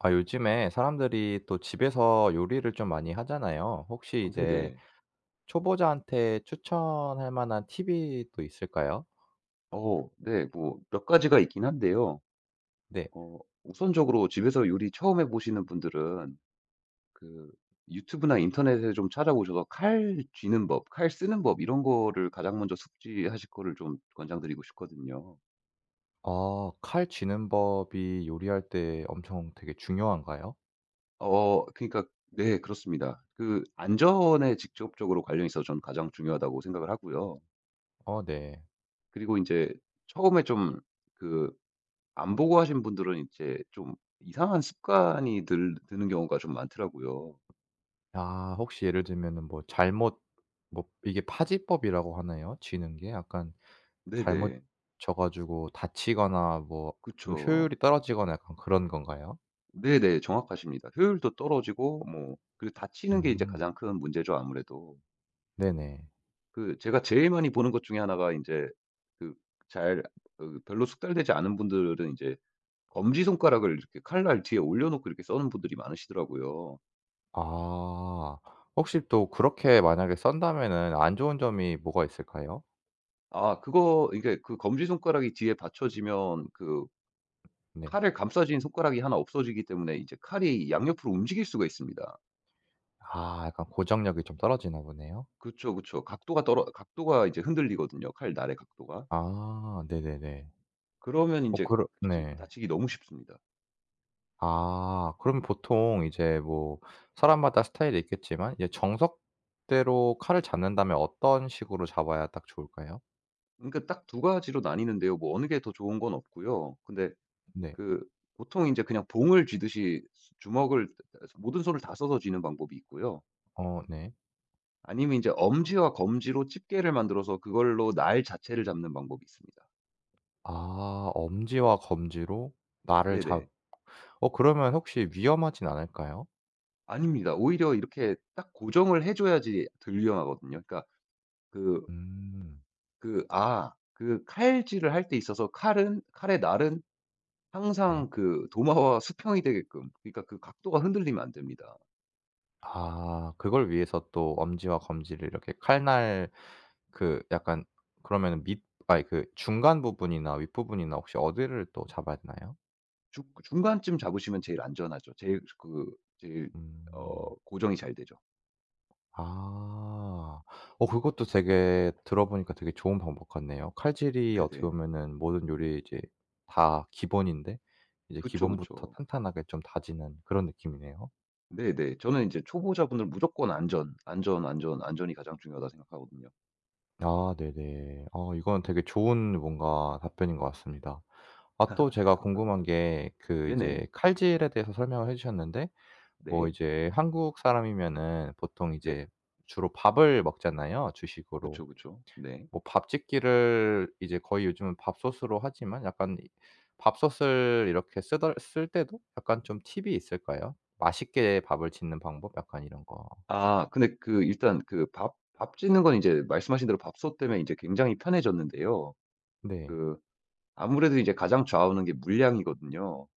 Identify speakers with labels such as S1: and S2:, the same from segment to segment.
S1: 요즘에 사람들이 또 집에서 요리를 좀 많이 하잖아요. 혹시 이제
S2: 네네.
S1: 초보자한테 추천할 만한 팁이 또 있을까요?
S2: 네. 뭐 몇 가지가 있긴 한데요.
S1: 네.
S2: 우선적으로 집에서 요리 처음 해 보시는 분들은 그 유튜브나 인터넷에 좀 찾아보셔서 칼 쥐는 법, 칼 쓰는 법 이런 거를 가장 먼저 숙지하실 거를 좀 권장드리고 싶거든요.
S1: 칼 쥐는 법이 요리할 때 엄청 되게 중요한가요?
S2: 그러니까 네, 그렇습니다. 안전에 직접적으로 관련이 있어서 저는 가장 중요하다고 생각을 하고요.
S1: 네.
S2: 그리고 이제 처음에 좀 그 안 보고 하신 분들은 이제 좀 이상한 습관이 들 드는 경우가 좀 많더라고요.
S1: 혹시 예를 들면은 뭐 잘못 뭐 이게 파지법이라고 하나요? 지는 게? 약간 잘못
S2: 네네.
S1: 져 가지고 다치거나 뭐 좀
S2: 그쵸.
S1: 효율이 떨어지거나 약간 그런 건가요?
S2: 네네. 정확하십니다. 효율도 떨어지고 뭐, 그리고 다치는 게 이제
S1: 음.
S2: 가장 큰 문제죠, 아무래도.
S1: 네네.
S2: 제가 제일 많이 보는 것 중에 하나가 인제, 그 잘 그 별로 숙달되지 않은 분들은 이제 검지손가락을 이렇게 칼날 뒤에 올려놓고 이렇게 써는 분들이 많으시더라고요.
S1: 아. 혹시 또 그렇게 만약에 썬다면은 안 좋은 점이 뭐가 있을까요?
S2: 그거 이게, 검지손가락이 뒤에 받쳐지면
S1: 네.
S2: 칼을 감싸진 손가락이 하나 없어지기 때문에 이제 칼이 양옆으로 움직일 수가 있습니다.
S1: 약간 고정력이 좀 떨어지나 보네요.
S2: 그쵸, 그쵸. 각도가 이제 흔들리거든요, 칼날의 각도가.
S1: 네네네.
S2: 그러면
S1: 어
S2: 인제,
S1: 그러 네.
S2: 다치기 너무 쉽습니다.
S1: 그럼 보통 이제 뭐 사람마다 스타일이 있겠지만 이제 정석대로 칼을 잡는다면 어떤 식으로 잡아야 딱 좋을까요?
S2: 그러니까 딱 두 가지로 나뉘는데요. 뭐 어느 게 더 좋은 건 없고요. 근데
S1: 네.
S2: 그 보통 인제 그냥 봉을 쥐듯이, 수 주먹을, 모든 손을 다 써서 쥐는 방법이 있고요.
S1: 네.
S2: 아니면 인제 엄지와 검지로 집게를 만들어서 그걸로 날 자체를 잡는 방법이 있습니다.
S1: 엄지와 검지로 날을
S2: 네네.
S1: 잡 어 그러면 혹시 위험하진 않을까요?
S2: 아닙니다. 오히려 이렇게 딱 고정을 해 줘야지 덜 위험하거든요. 그러니까 그
S1: 음
S2: 칼질을 할 때 있어서 칼은, 칼의 날은
S1: 네.
S2: 항상 도마와 수평이 되게끔, 그러니까 각도가 흔들리면 안 됩니다.
S1: 그걸 위해서 또 엄지와 검지를 이렇게 칼날 그 약간 그러면은 밑 아니 그 중간 부분이나 윗부분이나 혹시 어디를 또 잡아야 되나요?
S2: 주 중간쯤 잡으시면 제일 안전하죠. 제일 그 제일
S1: 음.
S2: 어 고정이 잘 되죠.
S1: 아. 그것도 되게 들어보니까 되게 좋은 방법 같네요. 칼질이 어떻게
S2: 네네.
S1: 보면은 모든 요리에 이제 다 기본인데 이제
S2: 그쵸,
S1: 기본부터
S2: 그쵸.
S1: 탄탄하게 좀 다지는 그런 느낌이네요.
S2: 네네. 저는 이제 초보자분들 무조건 안전, 안전, 안전, 안전이 가장 중요하다 생각하거든요.
S1: 네네. 이건 되게 좋은 뭔가 답변인 것 같습니다.
S2: 네,
S1: 또 제가 궁금한
S2: 감사합니다.
S1: 게
S2: 네네.
S1: 이제 칼질에 대해서 설명을 해 주셨는데 뭐
S2: 네.
S1: 이제 한국 사람이면은 보통
S2: 네.
S1: 이제 주로 밥을 먹잖아요, 주식으로.
S2: 그쵸, 그쵸. 네.
S1: 뭐 밥짓기를 이제 거의 요즘은 밥솥으로 하지만 약간 이 밥솥을 이렇게 쓰덜 쓸 때도 약간 좀 팁이 있을까요? 맛있게 밥을 짓는 방법 약간 이런 거.
S2: 근데 일단 밥 짓는 건 이제 말씀하신 대로 밥솥 때문에 이제 굉장히 편해졌는데요.
S1: 네.
S2: 그 아무래도 이제 가장 좌우하는 게 물량이거든요.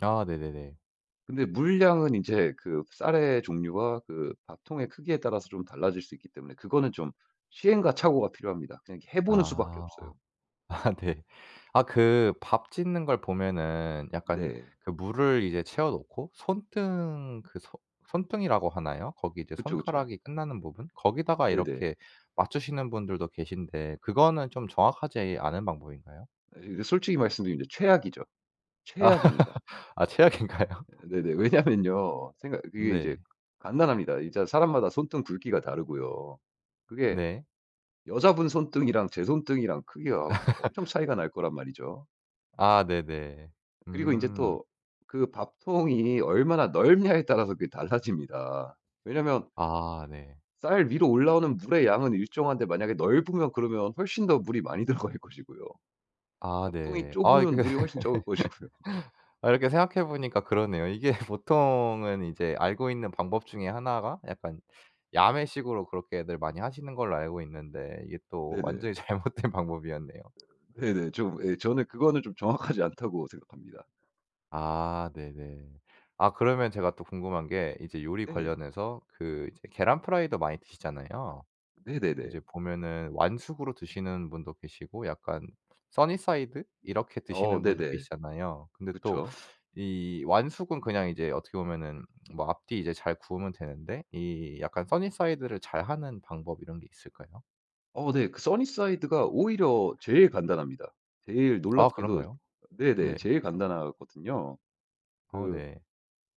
S1: 네네네.
S2: 근데 물량은 이제 쌀의 종류와 밥통의 크기에 따라서 좀 달라질 수 있기 때문에 그거는 좀 시행착오가 필요합니다. 그냥 해 보는 수밖에
S1: 아.
S2: 없어요.
S1: 네. 그 밥 짓는 걸 보면은 약간
S2: 네.
S1: 그 물을 이제 채워 놓고 손등 그 소 손등이라고 하나요? 거기 이제
S2: 그쵸, 그쵸.
S1: 손가락이 끝나는 부분? 거기다가
S2: 네네.
S1: 이렇게 맞추시는 분들도 계신데 그거는 좀 정확하지 않은 방법인가요?
S2: 이게 솔직히 말씀드리면 이제 최악이죠.
S1: 아,
S2: 최악입니다.
S1: 최악인가요?
S2: 네네. 왜냐면요, 생각 그게 이제
S1: 네.
S2: 간단합니다. 이제 사람마다 손등 굵기가 다르고요. 그게
S1: 네.
S2: 여자분 손등이랑 제 손등이랑 크기가 엄청 차이가 날 거란 말이죠.
S1: 네네.
S2: 그리고 인제
S1: 음.
S2: 또 밥통이 얼마나 넓냐에 따라서 그게 달라집니다. 왜냐면
S1: 네.
S2: 쌀 위로 올라오는 물의 양은 일정한데, 만약에 넓으면, 그러면 훨씬 더 물이 많이 들어갈 것이고요. 밥통이
S1: 네.
S2: 좁으면
S1: 이게
S2: 물이 훨씬 적을 것이고요.
S1: 이렇게 생각해 보니까 그러네요. 이게 보통은 이제 알고 있는 방법 중에 하나가 약간 야매식으로 그렇게들 많이 하시는 걸로 알고 있는데 이게 또
S2: 네네.
S1: 완전히 잘못된 방법이었네요.
S2: 네네. 좀, 예 저는 그거는 좀 정확하지 않다고 생각합니다.
S1: 네네. 그러면 제가 또 궁금한 게 이제 요리
S2: 네.
S1: 관련해서 이제 계란 프라이도 많이 드시잖아요.
S2: 네네네.
S1: 이제 보면은 완숙으로 드시는 분도 계시고 약간 써니사이드 이렇게 드시는 분도
S2: 네네.
S1: 계시잖아요. 근데 또
S2: 그쵸.
S1: 이 완숙은 그냥 이제 어떻게 보면은 뭐 앞뒤 이제 잘 구우면 되는데 이 약간 써니사이드를 잘하는 방법 이런 게 있을까요?
S2: 네. 써니사이드가 오히려 제일 간단합니다. 제일, 놀랍게도.
S1: 그런가요?
S2: 네네.
S1: 네.
S2: 제일 간단하거든요. 그
S1: 네.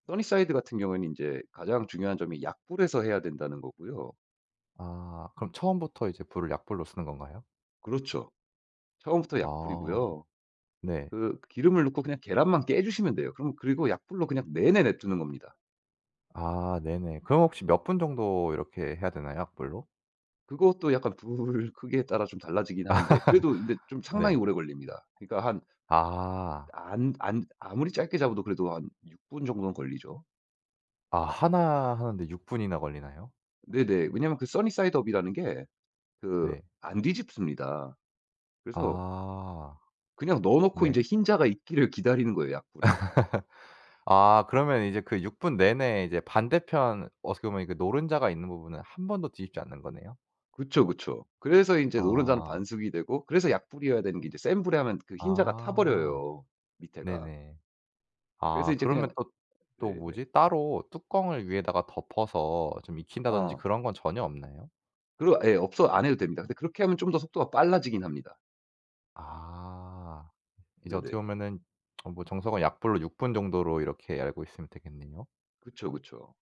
S2: 써니사이드 같은 경우에는 이제 가장 중요한 점이 약불에서 해야 된다는 거고요.
S1: 그럼 처음부터 이제 불을 약불로 쓰는 건가요?
S2: 그렇죠. 처음부터
S1: 아
S2: 약불이고요.
S1: 네.
S2: 기름을 넣고 그냥 계란만 깨 주시면 돼요. 그럼 그리고 약불로 그냥 내내 냅두는 겁니다.
S1: 네네. 그럼 혹시 몇 분 정도 이렇게 해야 되나요? 약불로?
S2: 그것도 약간 불 크기에 따라 좀 달라지긴 하는데, 그래도 근데 좀 상당히
S1: 네.
S2: 오래 걸립니다. 그러니까 한,
S1: 아.
S2: 안 안 아무리 짧게 잡아도 그래도 한 6분 정도는 걸리죠.
S1: 하나 하는데 6 분이나 걸리나요?
S2: 네네. 왜냐하면 써니사이드업이라는 게 그
S1: 네.
S2: 안 뒤집습니다. 그래서
S1: 아
S2: 그냥 넣어 놓고 이제
S1: 네.
S2: 흰자가 익기를 기다리는 거예요, 약불에.
S1: 그러면 이제 그 6 분 내내 이제 반대편 어떻게 보면 그 노른자가 있는 부분은 한 번도 뒤집지 않는 거네요?
S2: 그쵸, 그쵸. 그래서 인제 노른자는
S1: 아.
S2: 반숙이 되고, 그래서 약불이어야 되는 게 이제 센 불에 하면 흰자가
S1: 아.
S2: 타버려요, 밑에가.
S1: 네네.
S2: 그래서 인제 그냥.
S1: 그러면 또
S2: 네네.
S1: 뭐지? 따로 뚜껑을 위에다가 덮어서 좀 익힌다든지
S2: 아,
S1: 그런 건 전혀 없나요?
S2: 그리고 예, 없어 안 해도 됩니다. 근데 그렇게 하면 좀 더 속도가 빨라지긴 합니다.
S1: 아. 이제 어떻게
S2: 네네.
S1: 보면은 뭐 정석은 약불로 6분 정도로 이렇게 알고 있으면 되겠네요.
S2: 그쵸, 그쵸.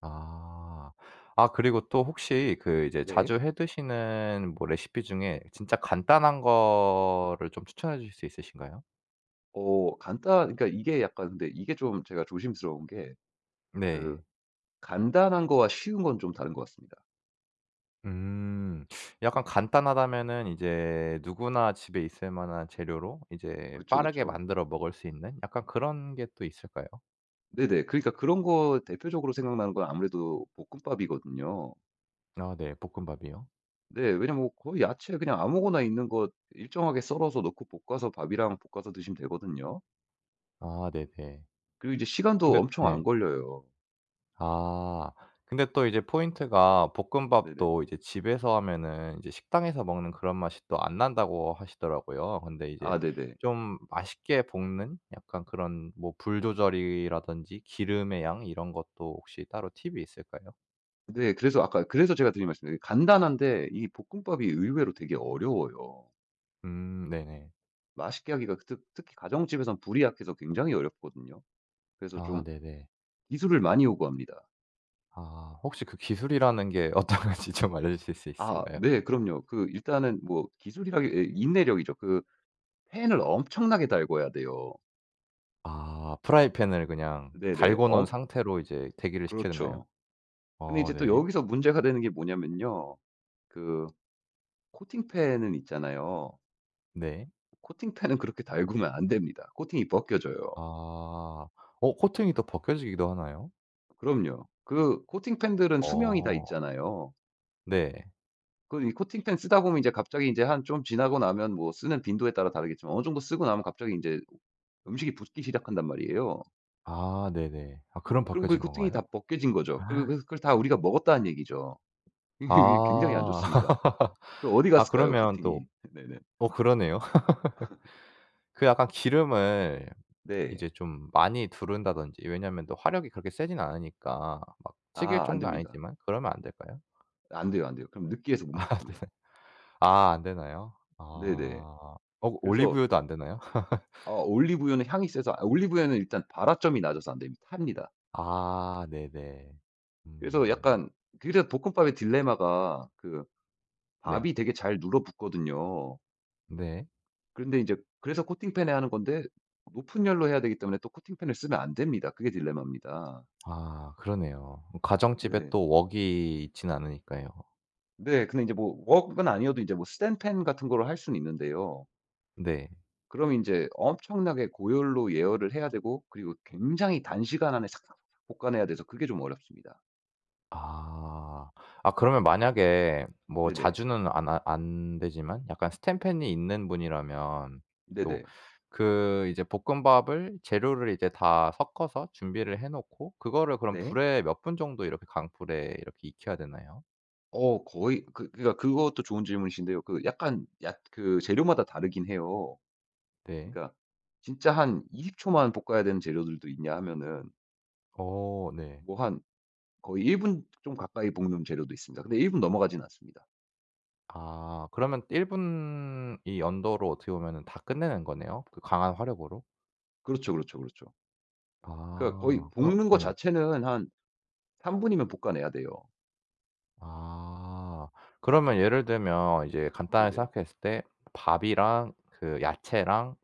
S1: 아. 그리고 또 혹시 이제
S2: 네.
S1: 자주 해 드시는 뭐 레시피 중에 진짜 간단한 거를 좀 추천해 주실 수 있으신가요?
S2: 어 간단 그러니까 이게 약간 근데 이게 좀 제가 조심스러운 게, 그
S1: 네.
S2: 간단한 거와 쉬운 건 좀 다른 것 같습니다.
S1: 음. 약간 간단하다면은 이제 누구나 집에 있을 만한 재료로 이제
S2: 그쵸,
S1: 빠르게
S2: 그쵸.
S1: 만들어 먹을 수 있는 약간 그런 게 또 있을까요?
S2: 네네. 그러니까 그런 거 대표적으로 생각나는 건 아무래도 볶음밥이거든요.
S1: 네. 볶음밥이요?
S2: 네. 왜냐면 뭐 거의 야채 그냥 아무거나 있는 거 일정하게 썰어서 넣고 볶아서, 밥이랑 볶아서 드시면 되거든요.
S1: 네네.
S2: 그리고 이제 시간도
S1: 근데
S2: 엄청
S1: 네.
S2: 안 걸려요.
S1: 아. 근데 또 이제 포인트가
S2: 네네.
S1: 볶음밥도 이제 집에서 하면은 이제 식당에서 먹는 그런 맛이 또 안 난다고 하시더라고요. 근데 이제
S2: 아 네네.
S1: 좀 맛있게 볶는 약간 그런 뭐 불 조절이라든지 기름의 양 이런 것도 혹시 따로 팁이 있을까요?
S2: 네. 그래서 제가 드린 말씀이 간단한데 이 볶음밥이 의외로 되게 어려워요.
S1: 네네.
S2: 맛있게 하기가 특 특히 가정집에선 불이 약해서 굉장히 어렵거든요. 그래서 좀
S1: 네네.
S2: 기술을 많이 요구합니다.
S1: 혹시 그 기술이라는 게 어떤 건지 좀 알려주실 수
S2: 아
S1: 있으신가요?
S2: 네. 그럼요. 일단은 뭐 기술이라기, 예 인내력이죠. 팬을 엄청나게 달궈야 돼요.
S1: 프라이팬을 그냥
S2: 네네.
S1: 달궈 놓은
S2: 엄
S1: 상태로 이제 대기를 시켜야 되나요?
S2: 그렇죠. 근데 이제 또
S1: 네.
S2: 여기서 문제가 되는 게 뭐냐면요, 그 코팅팬은 있잖아요.
S1: 네.
S2: 코팅팬은 그렇게 달구면 안 됩니다. 코팅이 벗겨져요.
S1: 아. 코팅이 또 벗겨지기도 하나요?
S2: 그럼요. 코팅팬들은 수명이 다
S1: 어.
S2: 있잖아요.
S1: 네.
S2: 이 코팅팬 쓰다 보면 이제 갑자기, 이제 한 좀 지나고 나면, 뭐 쓰는 빈도에 따라 다르겠지만, 어느 정도 쓰고 나면 갑자기 인제 음식이 붓기 시작한단 말이에요.
S1: 네네. 그럼
S2: 그럼
S1: 벗겨진
S2: 코팅이
S1: 건가요?
S2: 다 벗겨진 거죠.
S1: 아.
S2: 그걸 다 우리가 먹었다는 얘기죠. 이게 굉장히 안 좋습니다. 어디 갔을까요,
S1: 그러면
S2: 코팅이.
S1: 또
S2: 네네.
S1: 그러네요. 약간 기름을
S2: 네.
S1: 이제 좀 많이 두른다든지 왜냐면 또 화력이 그렇게 세진 않으니까 막 튀길
S2: 아 안
S1: 정도는
S2: 됩니다.
S1: 아니지만 그러면 안 될까요?
S2: 안 돼요, 안 돼요. 그럼 느끼해서 못
S1: 네.
S2: 먹습니다.
S1: 안 되나요?
S2: 네네.
S1: 아.
S2: 그래서
S1: 올리브유도 안 되나요?
S2: 올리브유는 향이 세서, 아 올리브유는 일단 발화점이 낮아서 안 됩니다. 탑니다.
S1: 네네.
S2: 그래서
S1: 음.
S2: 약간 그래서 볶음밥의 딜레마가,
S1: 네.
S2: 밥이 되게 잘 눌어붙거든요.
S1: 네.
S2: 그런데 이제, 그래서 코팅팬에 하는 건데 높은 열로 해야 되기 때문에 또 코팅팬을 쓰면 안 됩니다. 그게 딜레마입니다.
S1: 그러네요. 가정집에
S2: 네.
S1: 또 웍이 있진 않으니까요.
S2: 네. 근데 이제 뭐 웍은 아니어도 이제 뭐 스탠팬 같은 거로 할 수는 있는데요.
S1: 네.
S2: 그럼 이제 엄청나게 고열로 예열을 해야 되고, 그리고 굉장히 단시간 안에 싹싹 볶아내야 돼서 그게 좀 어렵습니다.
S1: 아. 그러면 만약에 뭐
S2: 네네.
S1: 자주는 안 되지만 약간 스텐팬이 있는 분이라면 또
S2: 네네.
S1: 이제 볶음밥을 재료를 이제 다 섞어서 준비를 해 놓고 그거를 그럼
S2: 네.
S1: 불에 몇 분 정도 이렇게 강불에 이렇게 익혀야 되나요?
S2: 어 거의 그 그러니까 그것도 좋은 질문이신데요. 약간 약 그 재료마다 다르긴 해요.
S1: 네.
S2: 그러니까 진짜 한 20초 초만 볶아야 되는 재료들도 있냐 하면은,
S1: 네.
S2: 뭐 한 거의 1분 좀 가까이 볶는 재료도 있습니다. 근데 1분 넘어가진 않습니다.
S1: 그러면 1분 이 연도로 어떻게 보면은 다 끝내는 거네요, 그 강한 화력으로?
S2: 그렇죠, 그렇죠, 그렇죠. 그러니까 거의
S1: 아.
S2: 볶는 거
S1: 예.
S2: 자체는 한 3분 분이면 볶아내야 돼요.
S1: 아. 그러면 예를 들면 이제 간단하게
S2: 네네.
S1: 생각했을 때 밥이랑 그 야채랑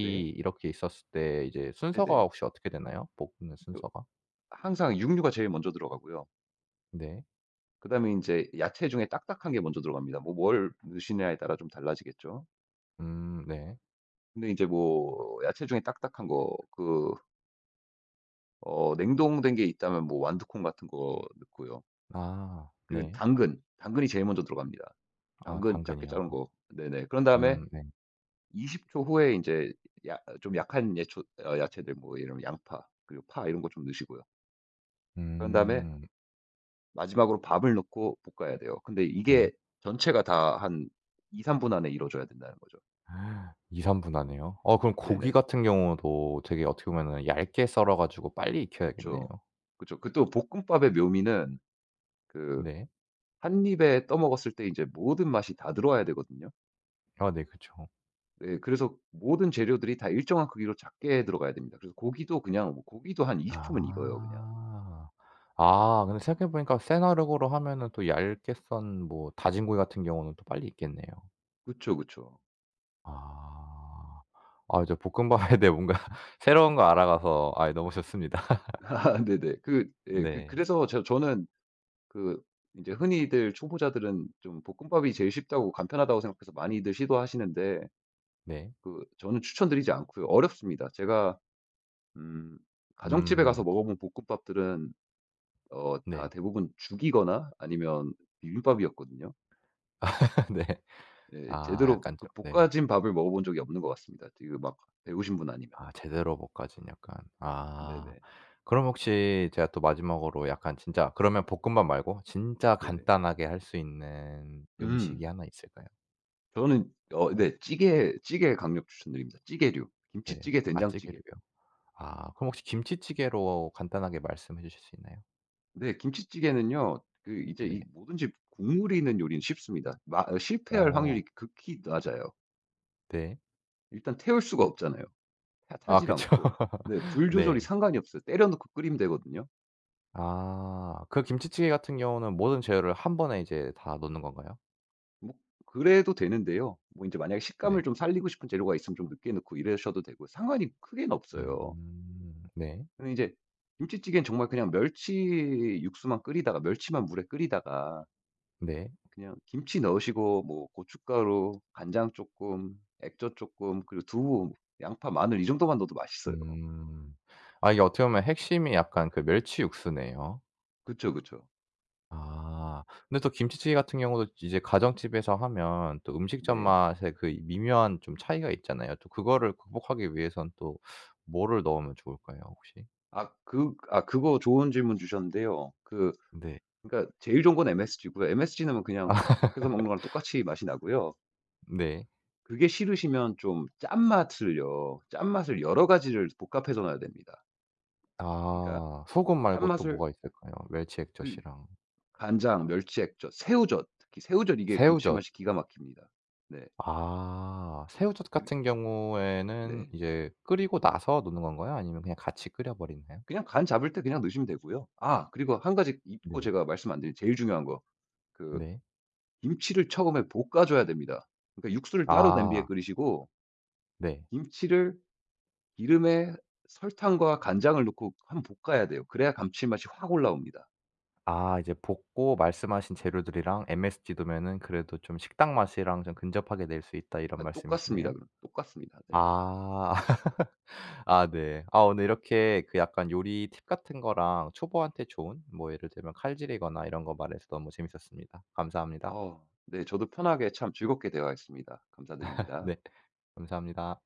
S2: 네.
S1: 이렇게 있었을 때 이제 순서가
S2: 네네.
S1: 혹시 어떻게 되나요? 볶는 순서가?
S2: 항상 육류가 제일 먼저 들어가고요.
S1: 네.
S2: 그다음에 인제 야채 중에 딱딱한 게 먼저 들어갑니다. 뭐, 뭘 넣으시느냐에 따라 좀 달라지겠죠.
S1: 네.
S2: 근데 인제 뭐 야채 중에 딱딱한 거, 냉동된 게 있다면 뭐 완두콩 같은 거 넣고요.
S1: 네.
S2: 당근, 당근이 제일 먼저 들어갑니다. 당근 작게
S1: 당근이요.
S2: 자른 거. 네네. 그런 다음에
S1: 네.
S2: 20초 후에 인제, 야 좀 약한 예초 어 야채들 뭐 예를 들면 양파 그리고 파 이런 거 좀 넣으시고요. 그런 다음에
S1: 음
S2: 마지막으로 밥을 넣고 볶아야 돼요. 근데 이게
S1: 네.
S2: 전체가 다 한 2-3분 안에 이루어져야 된다는 거죠.
S1: 이삼 분하네요. 그럼 고기
S2: 네네.
S1: 같은 경우도 되게 어떻게 보면은 얇게 썰어 가지고 빨리 익혀야겠네요.
S2: 그쵸. 그쵸. 또 볶음밥의 묘미는, 그
S1: 네.
S2: 한 입에 떠먹었을 때 이제 모든 맛이 다 들어와야 되거든요.
S1: 네 그쵸.
S2: 네, 그래서 모든 재료들이 다 일정한 크기로 작게 들어가야 됩니다. 그래서 고기도, 그냥 뭐 고기도 한 20초 초면 익어요 그냥.
S1: 아. 근데 생각해 보니까 센 화력으로 하면은 또 얇게 썬 뭐 다진고기 같은 경우는 또 빨리 익겠네요.
S2: 그쵸, 그쵸.
S1: 아. 이제 볶음밥에 대해 뭔가 새로운 거 알아가서 너무 좋습니다.
S2: 아, 네네. 예
S1: 네.
S2: 그래서 저는 그제 흔히들 초보자들은 좀 볶음밥이 제일 쉽다고, 간편하다고 생각해서 많이들 시도하시는데
S1: 네.
S2: 저는 추천드리지 않고요. 어렵습니다. 제가 음 가정집에 가서
S1: 음.
S2: 먹어 본 볶음밥들은 다
S1: 네.
S2: 대부분 죽이거나 아니면 비빔밥이었거든요.
S1: 네.
S2: 예 제대로
S1: 약간 좀 네.
S2: 볶아진 밥을 먹어 본 적이 없는 것 같습니다. 지금 막 배우신 분 아니면.
S1: 제대로 볶아진 약간 아.
S2: 네네.
S1: 그럼 혹시 제가 또 마지막으로 약간 진짜 그러면 볶음밥 말고 진짜
S2: 네네.
S1: 간단하게 할 수 있는
S2: 음.
S1: 음식이 하나 있을까요?
S2: 저는 네, 찌개 강력 추천드립니다. 찌개류.
S1: 네.
S2: 김치찌개, 된장찌개.
S1: 아찌개로요. 그럼 혹시 김치찌개로 간단하게 말씀해 주실 수 있나요?
S2: 네 김치찌개는요. 이제
S1: 네.
S2: 이 뭐든지 국물이 있는 요리는 쉽습니다. 마 실패할
S1: 어
S2: 확률이 극히 낮아요.
S1: 네.
S2: 일단 태울 수가 없잖아요. 타 타질
S1: 그쵸.
S2: 않고. 네. 불 조절이
S1: 네.
S2: 상관이 없어요. 때려 넣고 끓이면 되거든요.
S1: 그 김치찌개 같은 경우는 모든 재료를 한 번에 이제 다 넣는 건가요?
S2: 뭐 그래도 되는데요. 뭐 이제 만약에 식감을
S1: 네.
S2: 좀 살리고 싶은 재료가 있으면 좀 늦게 넣고 이러셔도 되고 상관이 크게는 없어요.
S1: 음. 네.
S2: 근데 이제 김치찌개는 정말 그냥 멸치 육수만 끓이다가, 멸치만 물에 끓이다가
S1: 네.
S2: 그냥 김치 넣으시고, 뭐 고춧가루, 간장 조금, 액젓 조금, 그리고 두부, 양파, 마늘 이 정도만 넣어도 맛있어요.
S1: 음. 이게 어떻게 보면 핵심이 약간 그 멸치 육수네요.
S2: 그쵸, 그쵸.
S1: 아. 근데 또 김치찌개 같은 경우도 이제 가정집에서 하면 또 음식점
S2: 네.
S1: 맛의 그 미묘한 좀 차이가 있잖아요. 또 그거를 극복하기 위해선 또 뭐를 넣으면 좋을까요 혹시?
S2: 그거 좋은 질문 주셨는데요.
S1: 네.
S2: 그러니까 제일 좋은 건 MSG고요. MSG는 그냥
S1: 아
S2: 밖에서 먹는 거랑 똑같이 맛이 나고요.
S1: 네.
S2: 그게 싫으시면 좀, 짠맛을 여러 가지를 복합해서 넣어야 됩니다. 그러니까
S1: 소금 말고 또
S2: 짠맛을,
S1: 뭐가 있을까요? 멸치
S2: 그
S1: 액젓이랑
S2: 간장, 멸치액젓, 새우젓, 특히 새우젓 이게
S1: 새우젓.
S2: 감칠맛이 기가 막힙니다. 네.
S1: 새우젓
S2: 그리
S1: 같은 경우에는
S2: 네.
S1: 이제 끓이고 나서 넣는 건가요? 아니면 그냥 같이 끓여 버리나요?
S2: 그냥 간 잡을 때 그냥 넣으시면 되고요. 아, 그리고 한 가지 잊고
S1: 네.
S2: 제가 말씀 안 드린 제일 중요한 거. 그
S1: 네.
S2: 김치를 처음에 볶아 줘야 됩니다. 그러니까 육수를 따로 냄비에
S1: 아.
S2: 끓이시고
S1: 네.
S2: 김치를 기름에 설탕과 간장을 넣고 한번 볶아야 돼요. 그래야 감칠맛이 확 올라옵니다.
S1: 이제 볶고 말씀하신 재료들이랑 MSG 두면은 그래도 좀 '식당 맛이랑 좀 근접하게 낼 수 있다.' 이런
S2: 아 똑같습니다
S1: 말씀이시네요.
S2: 그럼. 똑같습니다. 네네.
S1: 아. 네. 오늘 이렇게 약간 요리 팁 같은 거랑 초보한테 좋은 뭐 예를 들면 칼질이거나 이런 거 말해서 너무 재밌었습니다. 감사합니다.
S2: 네 저도 편하게 참 즐겁게 대화했습니다. 감사드립니다.
S1: 네 감사합니다.